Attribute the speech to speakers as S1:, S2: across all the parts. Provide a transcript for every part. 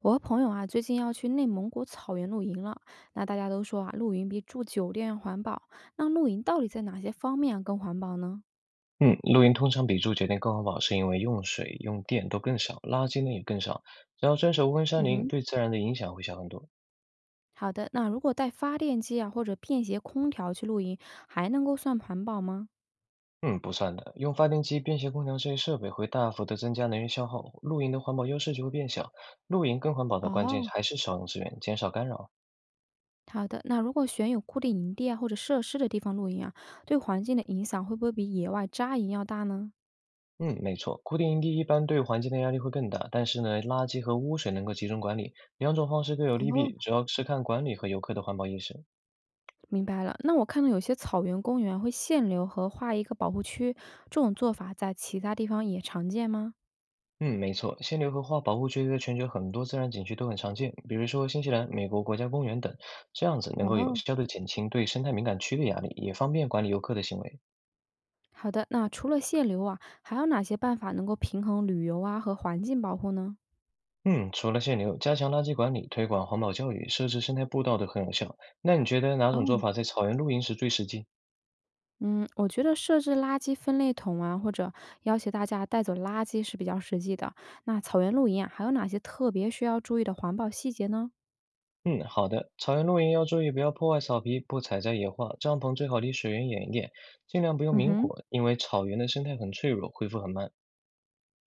S1: 我和朋友啊，最近要去内蒙古草原露营了。那大家都说啊，露营比住酒店要环保。那露营到底在哪些方面啊更环保呢？
S2: 嗯，露营通常比住酒店更环保，是因为用水、用电都更少，垃圾呢也更少。只要遵守温山
S1: 嗯
S2: 林，
S1: 哼，
S2: 对自然的影响会小很多。
S1: 好的。那如果带发电机啊或者便携空调去露营，还能够算环保吗？
S2: 嗯，不算的，用发电机、便携空调这些设备会大幅的增加能源消耗，露营的环保优势就会变小。露营更环保的关键
S1: 哦，
S2: 还是少用资源，减少干扰。
S1: 好的。那如果选有固定营地啊或者设施的地方露营啊，对环境的影响会不会比野外扎营要大呢？
S2: 嗯，没错，固定营地一般对环境的压力会更大，但是呢，垃圾和污水能够集中管理，两种方式各有利
S1: 哦，
S2: 弊，主要是看管理和游客的环保意识。
S1: 明白了。那我看到有些草原公园会限流和划一个保护区，这种做法在其他地方也常见吗？
S2: 嗯，没错，限流和花保护区在全球很多自然景区都很常见，比如说新西兰、美国国家公园等，这样子能够有
S1: 哦，
S2: 效地减轻对生态敏感区的压力，也方便管理游客的行为。
S1: 好的。那除了限流啊，还有哪些办法能够平衡旅游啊和环境保护呢？
S2: 嗯，除了限流，加强垃圾管理、推广环保教育、设置生态步道都很有效。那你觉得哪种做
S1: 哦，
S2: 法在草原露营时最实际？
S1: 嗯，我觉得设置垃圾分类桶啊，或者要求大家带走垃圾是比较实际的。那草原露营啊，还有哪些特别需要注意的环保细节呢？
S2: 嗯，好的，草原露营要注意不要破坏草皮，不采摘野花，帐篷最好离水源远一点，尽量不用
S1: 嗯
S2: 明
S1: 哼，
S2: 火，因为草原的生态很脆弱，恢复很慢。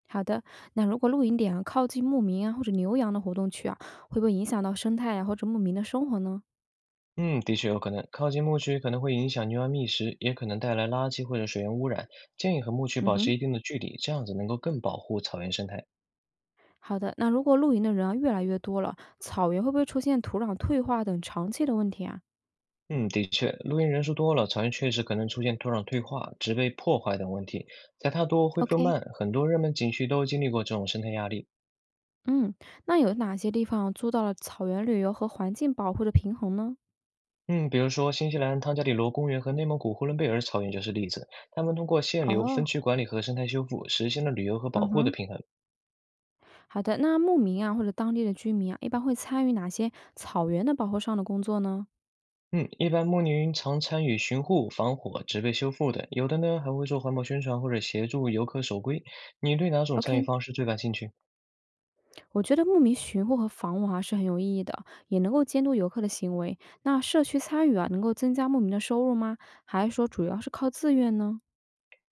S1: 好的，那如果露营点啊靠近牧民啊或者牛羊的活动区啊，会不会影响到生态啊或者牧民的生活呢？
S2: 嗯，的确有可能，靠近牧区可能会影响牛羊觅食，也可能带来垃圾或者水源污染。建议和牧区
S1: 嗯
S2: 保持
S1: 哼。
S2: 一定的距离，这样子能够更保护草原生态。
S1: 好的，那如果露营的人啊越来越多了，草原会不会出现土壤退化等长期的问题啊
S2: 嗯，的确，露营人数多了，草原确实可能出现土壤退化、植被破坏等问题，踩踏多、恢复
S1: ？OK，
S2: 慢，很多热门景区都经历过这种生态压力。
S1: 嗯，那有哪些地方做到了草原旅游和环境保护的平衡呢？
S2: 嗯，比如说新西兰汤加里罗公园和内蒙古呼伦贝尔草原就是例子，他们通过限流、分
S1: 哦，
S2: 区管理和生态修复，实现了旅游和保
S1: 嗯
S2: 护的
S1: 哼，
S2: 平衡。
S1: 好的。那牧民啊，或者当地的居民啊，一般会参与哪些草原的保护上的工作呢
S2: 嗯，一般牧民常参与巡护、防火、植被修复等，有的呢还会做环保宣传或者协助游客守规。你对哪种参与
S1: ？OK，
S2: 方式最感兴趣？
S1: 我觉得牧民巡护和防网啊是很有意义的，也能够监督游客的行为。那社区参与啊，能够增加牧民的收入吗？还是说主要是靠自愿呢？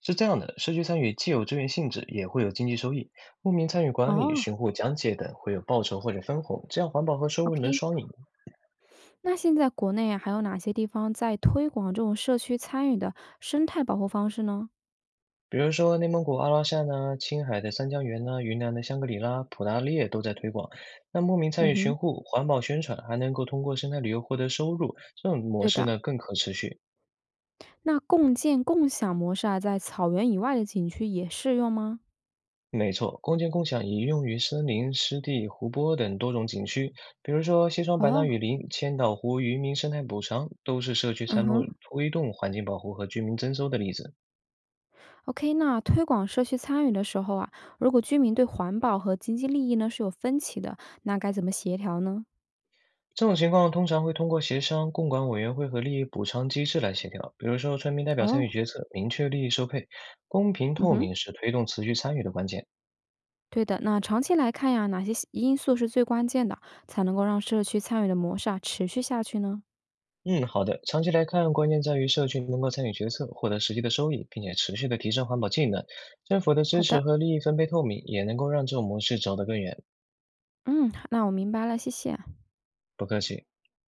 S2: 是这样的，社区参与既有资源性质，也会有经济收益。牧民参与管理、
S1: 哦，
S2: 巡护、讲解等，会有报酬或者分红，这样环保和收入能
S1: ？OK，
S2: 双赢。
S1: 那现在国内啊，还有哪些地方在推广这种社区参与的生态保护方式呢？
S2: 比如说内蒙古阿拉善呐、青海的三江源呐、云南的香格里拉、普达烈都在推广。那牧民参
S1: 嗯
S2: 与
S1: 哼，
S2: 巡护、环保宣传，还能够通过生态旅游获得收入，这种模
S1: 对
S2: 式
S1: 的。
S2: 呢更可持续。
S1: 那共建共享模式啊，在草原以外的景区也适用吗？
S2: 没错，空间共享已用于森林、湿地、湖泊等多种景区，比如说西双版纳
S1: 哦，
S2: 雨林、千岛湖渔民生态补偿，都是社区
S1: 嗯
S2: 参
S1: 哼
S2: 与推动环境保护和居民增收的例子。
S1: ，OK，那推广社区参与的时候啊，如果居民对环保和经济利益呢是有分歧的，那该怎么协调呢？
S2: 这种情况通常会通过协商、共管委员会和利益补偿机制来协调，比如说村民代表参与
S1: 哦，
S2: 决策，明确利益收配，公平
S1: 嗯
S2: 透
S1: 哼，
S2: 明是推动持续参与的关键。
S1: 对的。那长期来看呀，哪些因素是最关键的，才能够让社区参与的模式啊持续下去呢？
S2: 嗯，好的。长期来看，关键在于社群能够参与决策，获得实际的收益，并且持续的提升环保技能。政府的
S1: 好
S2: 支持
S1: 的，
S2: 和利益分配透明，也能够让这种模式走得更远。
S1: 嗯，那我明白了，谢谢。
S2: 不客气。